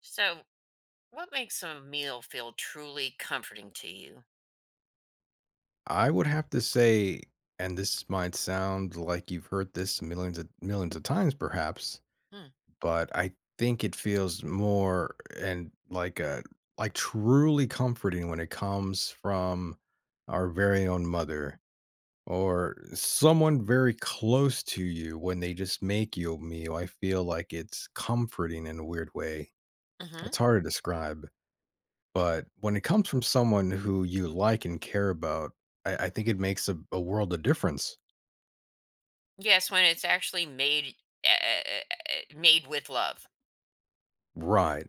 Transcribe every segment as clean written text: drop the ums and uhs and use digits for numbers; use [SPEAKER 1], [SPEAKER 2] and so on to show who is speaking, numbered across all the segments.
[SPEAKER 1] So, what makes a meal feel truly comforting to you?
[SPEAKER 2] I would have to say, and this might sound like you've heard this millions of times perhaps, but I think it feels more and like truly comforting when it comes from our very own mother or someone very close to you when they just make you a meal. I feel like it's comforting in a weird way.
[SPEAKER 1] Mm-hmm.
[SPEAKER 2] It's hard to describe. But when it comes from someone who you like and care about, I think it makes a world of difference.
[SPEAKER 1] Yes, when it's actually made uh, uh, made with love,
[SPEAKER 2] Right.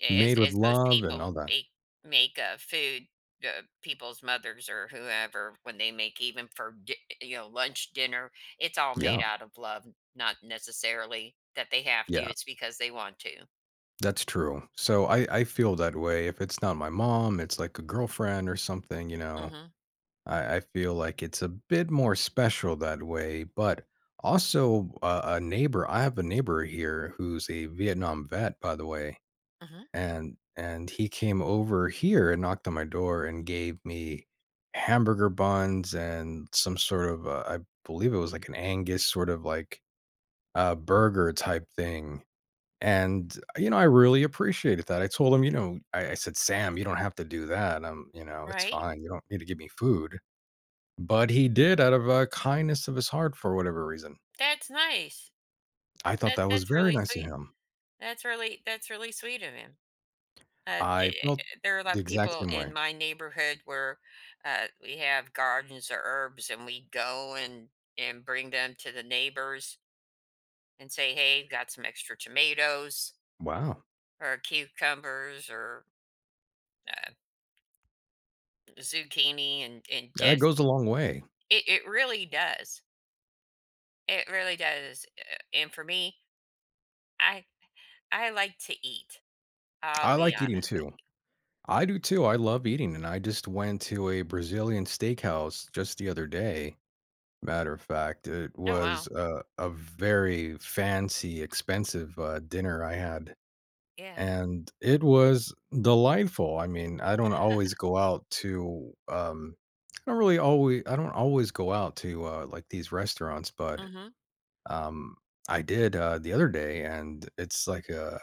[SPEAKER 1] as
[SPEAKER 2] Made with
[SPEAKER 1] as most
[SPEAKER 2] love and
[SPEAKER 1] people
[SPEAKER 2] all that.
[SPEAKER 1] make make food. People's mothers or whoever when they make even for lunch dinner it's all made
[SPEAKER 2] Yeah,
[SPEAKER 1] out of love not necessarily that they have to
[SPEAKER 2] yeah,
[SPEAKER 1] it's because they want to.
[SPEAKER 2] that's true. So I feel that way. If it's not my mom, it's like a girlfriend or something,
[SPEAKER 1] Hmm.
[SPEAKER 2] I feel like it's a bit more special that way, but also, a neighbor I have a neighbor here who's a Vietnam vet, by the way.
[SPEAKER 1] Hmm.
[SPEAKER 2] And he came over here and knocked on my door and gave me hamburger buns and some sort of, I believe it was like an Angus sort of like, burger type thing. And, you know, I really appreciated that. I told him, you know, I said, "Sam, you don't have to do that. It's
[SPEAKER 1] Right.
[SPEAKER 2] fine. You don't need to give me food." But he did out of a kindness of his heart for whatever reason.
[SPEAKER 1] That's nice.
[SPEAKER 2] I thought
[SPEAKER 1] that
[SPEAKER 2] that was
[SPEAKER 1] that's
[SPEAKER 2] very
[SPEAKER 1] really
[SPEAKER 2] nice of
[SPEAKER 1] sweet.
[SPEAKER 2] him.
[SPEAKER 1] That's really sweet of him.
[SPEAKER 2] I felt
[SPEAKER 1] There are a lot
[SPEAKER 2] the
[SPEAKER 1] of
[SPEAKER 2] exact
[SPEAKER 1] people
[SPEAKER 2] same
[SPEAKER 1] in
[SPEAKER 2] way.
[SPEAKER 1] my neighborhood where we have gardens or herbs, and we go and bring them to the neighbors and say, "Hey, got some extra tomatoes
[SPEAKER 2] Wow.
[SPEAKER 1] or cucumbers or uh, zucchini," and
[SPEAKER 2] Yeah, that
[SPEAKER 1] just
[SPEAKER 2] goes a long way.
[SPEAKER 1] it really does. It really does. And for me, I I like to eat. I'll
[SPEAKER 2] I
[SPEAKER 1] be
[SPEAKER 2] like eating
[SPEAKER 1] honest with
[SPEAKER 2] too.
[SPEAKER 1] you.
[SPEAKER 2] I do too. I love eating, and I just went to a Brazilian steakhouse just the other day. Matter of fact, it
[SPEAKER 1] Oh wow,
[SPEAKER 2] was a very fancy, expensive dinner I had,
[SPEAKER 1] yeah.
[SPEAKER 2] and it was delightful. I mean, I don't always go out to, I don't always go out to like these restaurants, but
[SPEAKER 1] Mm-hmm.
[SPEAKER 2] um, I did the other day, and it's like a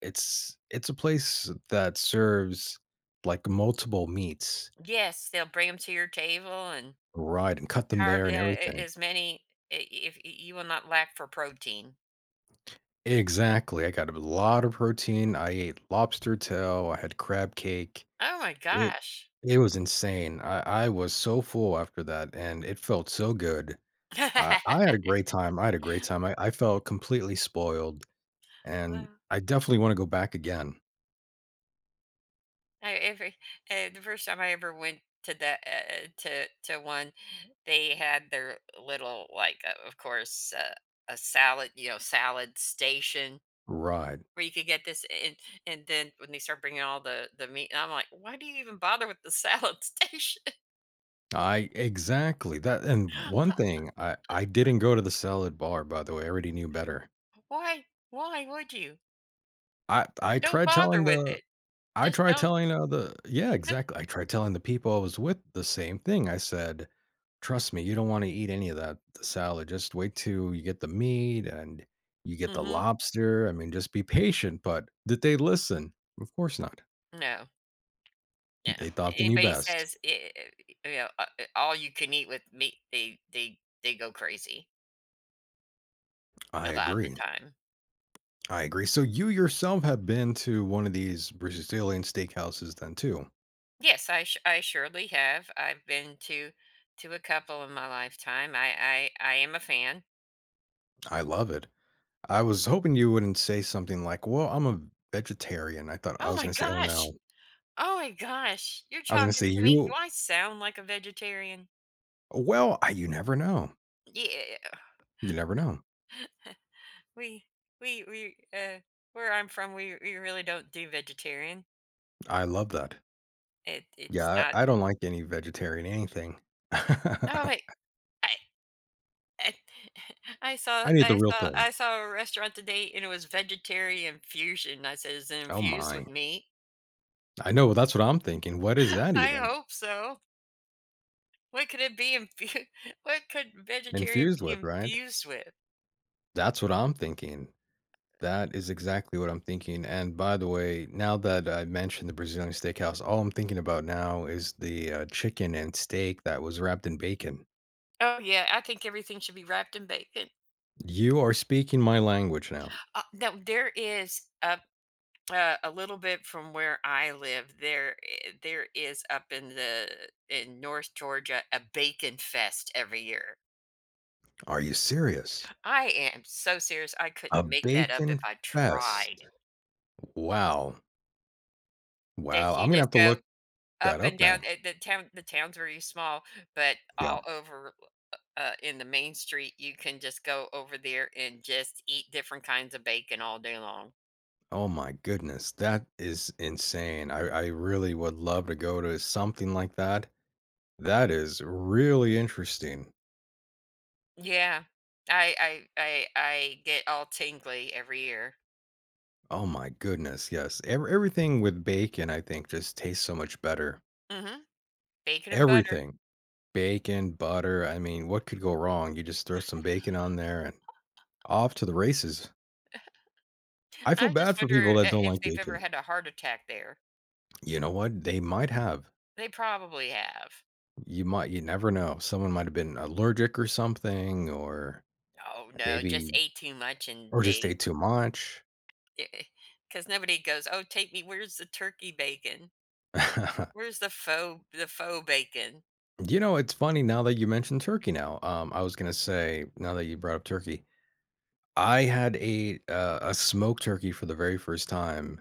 [SPEAKER 2] it's it's a place that serves, like, multiple meats,
[SPEAKER 1] Yes, they'll bring them to your table. And
[SPEAKER 2] right, and cut them
[SPEAKER 1] carb,
[SPEAKER 2] there and
[SPEAKER 1] yeah, a
[SPEAKER 2] everything.
[SPEAKER 1] as many I if you will, not lack for protein.
[SPEAKER 2] Exactly, I got a lot of protein, I ate lobster tail, I had crab cake.
[SPEAKER 1] Oh my
[SPEAKER 2] It
[SPEAKER 1] gosh.
[SPEAKER 2] it was insane, I was so full after that, and it felt so good. I had a great time, I had a great time, I felt completely spoiled, and
[SPEAKER 1] Well,
[SPEAKER 2] I definitely wanna go back again.
[SPEAKER 1] I every the first time I ever went to that to one, they had their little, like, of course, a salad, you know, salad station
[SPEAKER 2] Right.
[SPEAKER 1] where you could get this and then when they start bringing all the meat, and I'm like, "Why do you even bother with the salad station?"
[SPEAKER 2] I exactly that, and one thing I didn't go to the salad bar. By the way, I already knew better.
[SPEAKER 1] Why would you?
[SPEAKER 2] I I
[SPEAKER 1] Don't
[SPEAKER 2] tried
[SPEAKER 1] bother
[SPEAKER 2] telling
[SPEAKER 1] with
[SPEAKER 2] the
[SPEAKER 1] it.
[SPEAKER 2] I
[SPEAKER 1] Just
[SPEAKER 2] tried
[SPEAKER 1] don't.
[SPEAKER 2] telling the yeah exactly. I tried telling the people I was with the same thing. I said, "Trust me, you don't want to eat any of that the salad. Just wait till you get the meat and you get the
[SPEAKER 1] Mhm.
[SPEAKER 2] lobster. I mean, just be patient." But did they listen? Of course not.
[SPEAKER 1] No. No,
[SPEAKER 2] They thought they knew
[SPEAKER 1] anybody
[SPEAKER 2] best.
[SPEAKER 1] says it, you know, all you can eat with meat, they go crazy
[SPEAKER 2] I
[SPEAKER 1] a lot of the
[SPEAKER 2] agree.
[SPEAKER 1] time.
[SPEAKER 2] I agree. So you yourself have been to one of these Brazilian steakhouses then too.
[SPEAKER 1] Yes, I surely have. I've been to a couple in my lifetime. I am a fan.
[SPEAKER 2] I love it. I was hoping you wouldn't say something like, "Well, I'm a vegetarian." I thought I
[SPEAKER 1] Oh
[SPEAKER 2] was
[SPEAKER 1] my
[SPEAKER 2] going to say, "Oh
[SPEAKER 1] gosh.
[SPEAKER 2] no."
[SPEAKER 1] Oh my gosh. You're
[SPEAKER 2] I was going to
[SPEAKER 1] talking
[SPEAKER 2] say
[SPEAKER 1] to me. Do
[SPEAKER 2] you
[SPEAKER 1] I sound like a vegetarian?
[SPEAKER 2] well, I, You never know.
[SPEAKER 1] Yeah.
[SPEAKER 2] You never know.
[SPEAKER 1] We we where I'm from, we really don't do vegetarian.
[SPEAKER 2] I love that.
[SPEAKER 1] It's
[SPEAKER 2] Yeah,
[SPEAKER 1] not.
[SPEAKER 2] I don't like any vegetarian anything.
[SPEAKER 1] Oh
[SPEAKER 2] I
[SPEAKER 1] wait. I
[SPEAKER 2] need the real thing.
[SPEAKER 1] I saw a restaurant today, and it was vegetarian fusion. I said, "Is it
[SPEAKER 2] Oh
[SPEAKER 1] infused
[SPEAKER 2] my.
[SPEAKER 1] with meat?"
[SPEAKER 2] I know, well, that's what I'm thinking. What is that
[SPEAKER 1] I
[SPEAKER 2] even?
[SPEAKER 1] hope so. What could it be infused? What could vegetarian
[SPEAKER 2] Infused
[SPEAKER 1] be
[SPEAKER 2] with, right?
[SPEAKER 1] infused with?
[SPEAKER 2] That's what I'm thinking. That is exactly what I'm thinking, and by the way, now that I mentioned the Brazilian steakhouse, all I'm thinking about now is the, chicken and steak that was wrapped in bacon.
[SPEAKER 1] Oh yeah, I think everything should be wrapped in bacon.
[SPEAKER 2] You are speaking my language now.
[SPEAKER 1] No, there is up a little bit from where I live. There is up in the in North Georgia a bacon fest every year.
[SPEAKER 2] Are you serious?
[SPEAKER 1] I am so serious. I
[SPEAKER 2] A
[SPEAKER 1] couldn't make that up if
[SPEAKER 2] bacon
[SPEAKER 1] I tried.
[SPEAKER 2] fest. Wow.
[SPEAKER 1] That
[SPEAKER 2] Wow,
[SPEAKER 1] you
[SPEAKER 2] I'm gonna have
[SPEAKER 1] just
[SPEAKER 2] to
[SPEAKER 1] go
[SPEAKER 2] look that
[SPEAKER 1] up and
[SPEAKER 2] up
[SPEAKER 1] down
[SPEAKER 2] now.
[SPEAKER 1] at the town's very small, but
[SPEAKER 2] Yeah.
[SPEAKER 1] all over, in the main street, you can just go over there and just eat different kinds of bacon all day long.
[SPEAKER 2] Oh my goodness, that is insane. I really would love to go to something like that. That is really interesting.
[SPEAKER 1] Yeah. I I get all tingly every year.
[SPEAKER 2] Oh my goodness, yes. Everything with bacon, I think, just tastes so much better.
[SPEAKER 1] Mhm. Bacon and butter.
[SPEAKER 2] Everything. Bacon, butter. I mean, what could go wrong? You just throw some bacon on there and off to the races. I feel
[SPEAKER 1] I just
[SPEAKER 2] bad for people
[SPEAKER 1] wonder
[SPEAKER 2] that
[SPEAKER 1] I
[SPEAKER 2] don't
[SPEAKER 1] if
[SPEAKER 2] like
[SPEAKER 1] they've ever
[SPEAKER 2] bacon.
[SPEAKER 1] had a heart attack there.
[SPEAKER 2] You know what? They might have.
[SPEAKER 1] They probably have.
[SPEAKER 2] You might, you never know. Someone might have been allergic or something, or
[SPEAKER 1] Oh, no, just
[SPEAKER 2] maybe,
[SPEAKER 1] ate too much. And
[SPEAKER 2] or just
[SPEAKER 1] they,
[SPEAKER 2] ate too much.
[SPEAKER 1] because nobody goes, "Oh, take me, where's the turkey bacon? Where's the faux bacon?"
[SPEAKER 2] It's funny now that you mentioned turkey now. I was going to say, Now that you brought up turkey, I had a smoked turkey for the very first time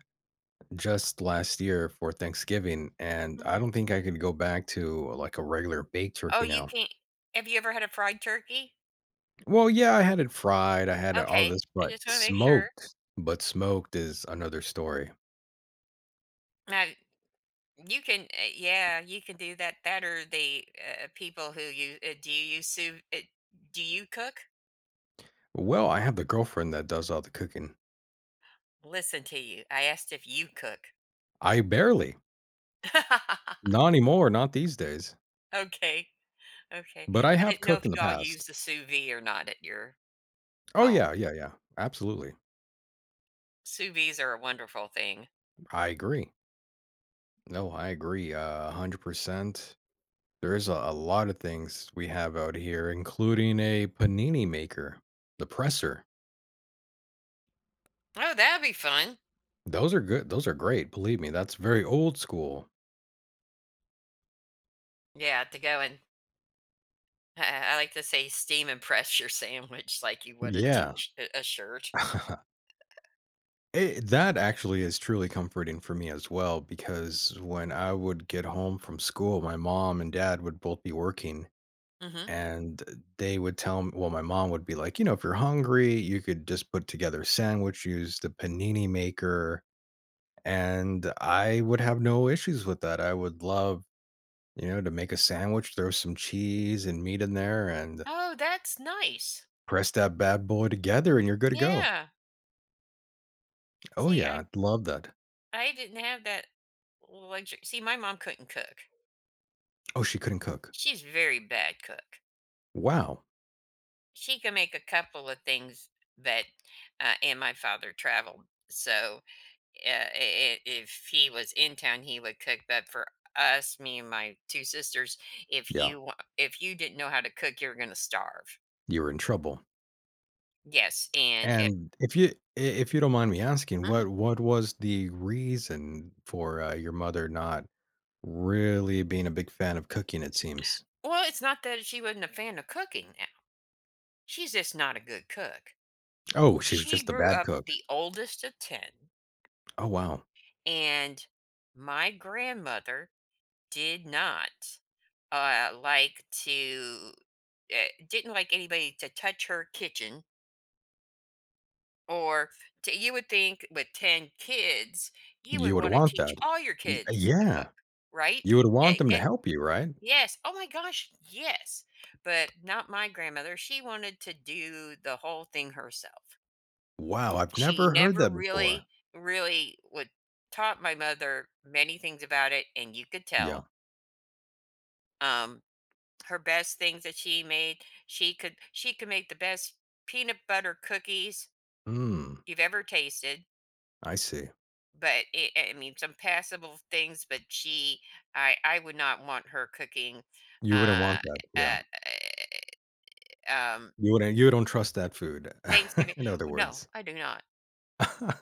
[SPEAKER 2] just last year for Thanksgiving, and I
[SPEAKER 1] Hmm.
[SPEAKER 2] don't think I could go back to like a regular baked
[SPEAKER 1] Oh,
[SPEAKER 2] turkey
[SPEAKER 1] you
[SPEAKER 2] now.
[SPEAKER 1] can't. Have you ever had a fried turkey?
[SPEAKER 2] Well, yeah, I had it fried, I had all
[SPEAKER 1] Okay,
[SPEAKER 2] this,
[SPEAKER 1] I just wanna make sure.
[SPEAKER 2] but smoked is another story.
[SPEAKER 1] Now you can yeah, you can do that or the, people who you do you cook?
[SPEAKER 2] Well, I have the girlfriend that does all the cooking.
[SPEAKER 1] Listen to you. I asked if you cook.
[SPEAKER 2] I barely, not anymore, not these days,
[SPEAKER 1] Okay, okay.
[SPEAKER 2] but I
[SPEAKER 1] I
[SPEAKER 2] have
[SPEAKER 1] didn't know if
[SPEAKER 2] cooked in the
[SPEAKER 1] y'all
[SPEAKER 2] past.
[SPEAKER 1] use the sous vide or not at your
[SPEAKER 2] Oh
[SPEAKER 1] home.
[SPEAKER 2] yeah, absolutely.
[SPEAKER 1] Sous vides are a wonderful thing.
[SPEAKER 2] I agree. No, I agree, 100%. There is a lot of things we have out here, including a panini maker, the presser.
[SPEAKER 1] Oh, that'd be fun.
[SPEAKER 2] Those are good. Those are great. Believe me, that's very old school.
[SPEAKER 1] Yeah, to go and I I like to say steam and press your sandwich like you would a
[SPEAKER 2] Yeah.
[SPEAKER 1] t-sh a shirt.
[SPEAKER 2] It, that actually is truly comforting for me as well because when I would get home from school, my mom and dad would both be working
[SPEAKER 1] Mhm.
[SPEAKER 2] and they would tell me, well, my mom would be like, you know, if you're hungry, you could just put together a sandwich, use the panini maker. And I would have no issues with that. I would love. You know, to make a sandwich, throw some cheese and meat in there and
[SPEAKER 1] Oh, that's nice.
[SPEAKER 2] press that bad boy together and you're good to go.
[SPEAKER 1] Yeah.
[SPEAKER 2] Oh,
[SPEAKER 1] See,
[SPEAKER 2] yeah, I love that.
[SPEAKER 1] I didn't have that luxury. See, my mom couldn't cook.
[SPEAKER 2] Oh, she couldn't cook.
[SPEAKER 1] She's a very bad cook.
[SPEAKER 2] Wow.
[SPEAKER 1] She can make a couple of things that, uh, and my father traveled, so, I if he was in town, he would cook, but for us, me and my 2 sisters,
[SPEAKER 2] Yeah,
[SPEAKER 1] if you didn't know how to cook, you were gonna starve.
[SPEAKER 2] you were in trouble.
[SPEAKER 1] Yes, and it,
[SPEAKER 2] And if you if you don't mind me asking,
[SPEAKER 1] mhm.
[SPEAKER 2] what was the reason for your mother not really being a big fan of cooking? It seems.
[SPEAKER 1] Well, it's not that she wasn't a fan of cooking now. She's just not a good cook.
[SPEAKER 2] Oh, she was
[SPEAKER 1] She
[SPEAKER 2] just a
[SPEAKER 1] grew
[SPEAKER 2] bad
[SPEAKER 1] up
[SPEAKER 2] cook.
[SPEAKER 1] the oldest of 10,
[SPEAKER 2] Oh wow,
[SPEAKER 1] and my grandmother did not like to, uh, didn't like anybody to touch her kitchen. Or to, you would think with 10 kids, you would
[SPEAKER 2] you would
[SPEAKER 1] want to
[SPEAKER 2] want
[SPEAKER 1] teach
[SPEAKER 2] that.
[SPEAKER 1] all your kids to
[SPEAKER 2] Yeah,
[SPEAKER 1] cook, right?
[SPEAKER 2] you would want them to
[SPEAKER 1] Get
[SPEAKER 2] help you, right?
[SPEAKER 1] Yes. Oh my gosh, yes. But not my grandmother. She wanted to do the whole thing herself.
[SPEAKER 2] Wow, I've
[SPEAKER 1] She
[SPEAKER 2] never heard
[SPEAKER 1] never
[SPEAKER 2] that before.
[SPEAKER 1] really would taught my mother many things about it, and you could
[SPEAKER 2] Yeah.
[SPEAKER 1] tell. Um, her best things that she made, she could make the best peanut butter cookies
[SPEAKER 2] Mm,
[SPEAKER 1] you've ever tasted.
[SPEAKER 2] I see.
[SPEAKER 1] I mean, some passable things. I would not want her cooking.
[SPEAKER 2] You wouldn't
[SPEAKER 1] Uh,
[SPEAKER 2] want that, yeah.
[SPEAKER 1] uh, uh,
[SPEAKER 2] You don't trust that food,
[SPEAKER 1] Thanksgiving,
[SPEAKER 2] in other
[SPEAKER 1] no,
[SPEAKER 2] words.
[SPEAKER 1] I do not.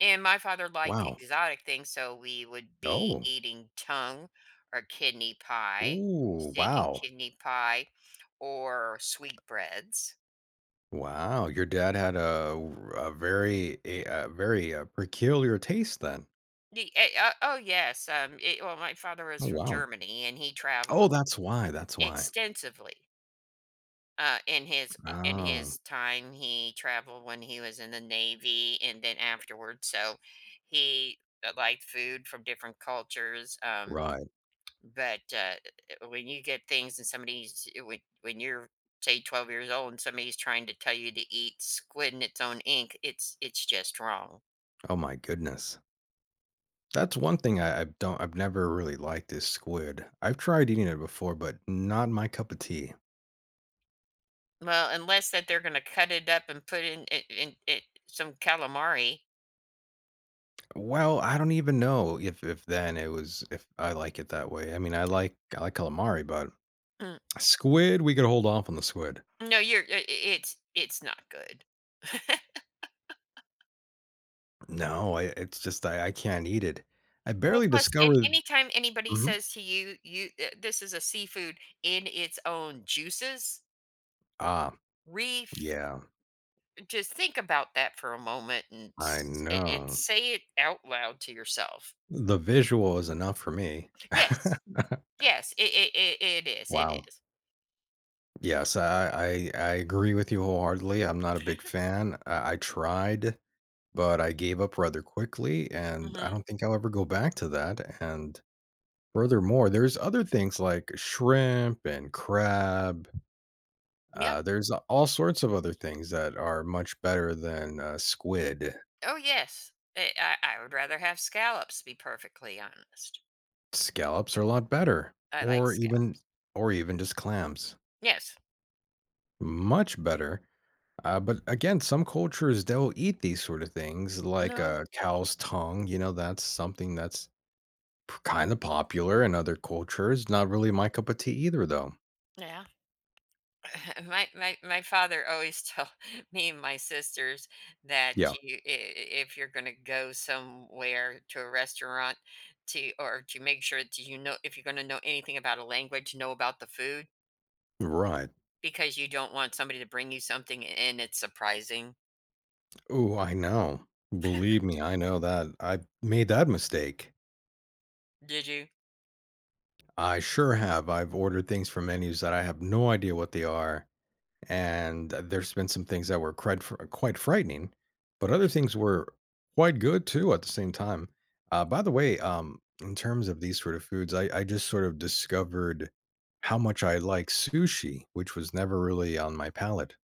[SPEAKER 1] And my father liked
[SPEAKER 2] Wow.
[SPEAKER 1] exotic things, so we would be
[SPEAKER 2] Oh.
[SPEAKER 1] eating tongue or kidney pie,
[SPEAKER 2] Ooh,
[SPEAKER 1] steak and
[SPEAKER 2] wow.
[SPEAKER 1] kidney pie, or sweetbreads.
[SPEAKER 2] Wow, your dad had a very, peculiar taste then.
[SPEAKER 1] Oh yes, well, my father was
[SPEAKER 2] Oh,
[SPEAKER 1] from
[SPEAKER 2] wow.
[SPEAKER 1] Germany, and he traveled
[SPEAKER 2] That's why.
[SPEAKER 1] extensively. In his
[SPEAKER 2] Oh,
[SPEAKER 1] time, he traveled when he was in the Navy, and then afterwards. So, he liked food from different cultures.
[SPEAKER 2] right.
[SPEAKER 1] But, when you get things and somebody's when you're, say, 12 years old and somebody's trying to tell you to eat squid in its own ink, it's just wrong.
[SPEAKER 2] Oh my goodness. That's one thing I've never really liked is squid. I've tried eating it before, but not my cup of tea.
[SPEAKER 1] Well, unless that they're gonna cut it up and put in it some calamari.
[SPEAKER 2] Well, I don't even know if then it was if I like it that way. I mean, I like calamari, but
[SPEAKER 1] Mm,
[SPEAKER 2] squid, we could hold off on the squid.
[SPEAKER 1] no, you're I it's not good.
[SPEAKER 2] No, it's just I can't eat it. I
[SPEAKER 1] Well,
[SPEAKER 2] barely
[SPEAKER 1] plus, and
[SPEAKER 2] discovered.
[SPEAKER 1] anytime anybody
[SPEAKER 2] Mhm.
[SPEAKER 1] says to you, "You, this is a seafood in its own juices,"
[SPEAKER 2] Ah,
[SPEAKER 1] ref
[SPEAKER 2] yeah,
[SPEAKER 1] just think about that for a moment and
[SPEAKER 2] I
[SPEAKER 1] and
[SPEAKER 2] know.
[SPEAKER 1] say it out loud to yourself.
[SPEAKER 2] The visual is enough for me.
[SPEAKER 1] Yes, yes, it is. It
[SPEAKER 2] Wow.
[SPEAKER 1] is.
[SPEAKER 2] Yes, I agree with you wholeheartedly. I'm not a big fan. I tried, but I gave up rather quickly, and I
[SPEAKER 1] Mm-hmm.
[SPEAKER 2] don't think I'll ever go back to that. And furthermore, there's other things like shrimp and crab.
[SPEAKER 1] Yep.
[SPEAKER 2] There's all sorts of other things that are much better than squid.
[SPEAKER 1] Oh yes. I would rather have scallops. To be perfectly honest,
[SPEAKER 2] Scallops are a lot better,
[SPEAKER 1] I like
[SPEAKER 2] or even
[SPEAKER 1] scallops.
[SPEAKER 2] or even just clams,
[SPEAKER 1] Yes.
[SPEAKER 2] much better. But again, some cultures they'll eat these sort of things, like
[SPEAKER 1] No.
[SPEAKER 2] a cow's tongue. You know, that's something that's kind of popular in other cultures. Not really my cup of tea either, though.
[SPEAKER 1] Yeah. My father always told me and my sisters that
[SPEAKER 2] Yeah,
[SPEAKER 1] if you're going to go somewhere to a restaurant to or to make sure that you know, if you're going to know anything about a language, know about the food,
[SPEAKER 2] right.
[SPEAKER 1] because you don't want somebody to bring you something and it's surprising.
[SPEAKER 2] Oh, I know. Believe me, I know that. I made that mistake.
[SPEAKER 1] Did you?
[SPEAKER 2] I sure have. I've ordered things from menus that I have no idea what they are, and there's been some things that were quite frightening, but other things were quite good too at the same time. In terms of these sort of foods, I just sort of discovered how much I like sushi, which was never really on my palate.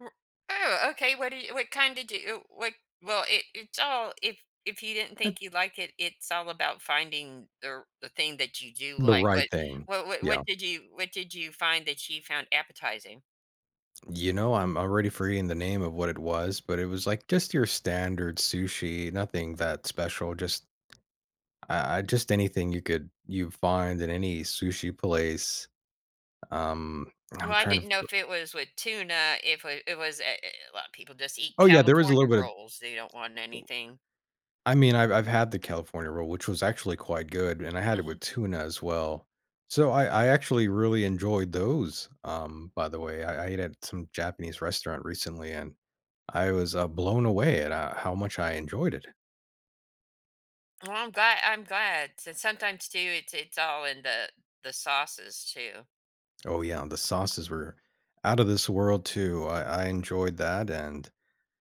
[SPEAKER 1] Uh, Oh, okay. What do you, what kind did you, what, well, it, it's all, if you didn't
[SPEAKER 2] That's
[SPEAKER 1] think you like it, it's all about finding the thing that you do
[SPEAKER 2] the
[SPEAKER 1] like.
[SPEAKER 2] right
[SPEAKER 1] But
[SPEAKER 2] thing. Yeah.
[SPEAKER 1] what did you find that you found appetizing?
[SPEAKER 2] You know, I'm already forgetting the name of what it was, but it was like just your standard sushi, nothing that special. I just anything you could you find in any sushi place. Um,
[SPEAKER 1] Well,
[SPEAKER 2] I'm
[SPEAKER 1] I
[SPEAKER 2] trying
[SPEAKER 1] didn't know
[SPEAKER 2] to.
[SPEAKER 1] if it was with tuna, if it, it was, a lot of people just eat
[SPEAKER 2] Oh yeah, there was a
[SPEAKER 1] California
[SPEAKER 2] little bit of.
[SPEAKER 1] rolls. They don't want anything.
[SPEAKER 2] I mean, I've had the California roll, which was actually quite good, and I had it
[SPEAKER 1] Hmm.
[SPEAKER 2] with tuna as well. So I actually really enjoyed those. By the way, I ate at some Japanese restaurant recently, and I was blown away at how much I enjoyed it.
[SPEAKER 1] Well, I'm glad, I'm glad. So sometimes too, it's all in the sauces too.
[SPEAKER 2] Oh yeah, the sauces were out of this world too. I enjoyed that, and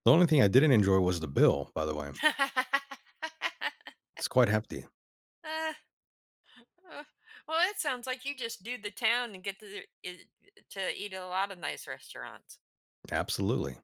[SPEAKER 2] the only thing I didn't enjoy was the bill. By the way, it's quite hefty.
[SPEAKER 1] Uh, well, it sounds like you just do the town and get to the- i- to eat at a lot of nice restaurants.
[SPEAKER 2] Absolutely.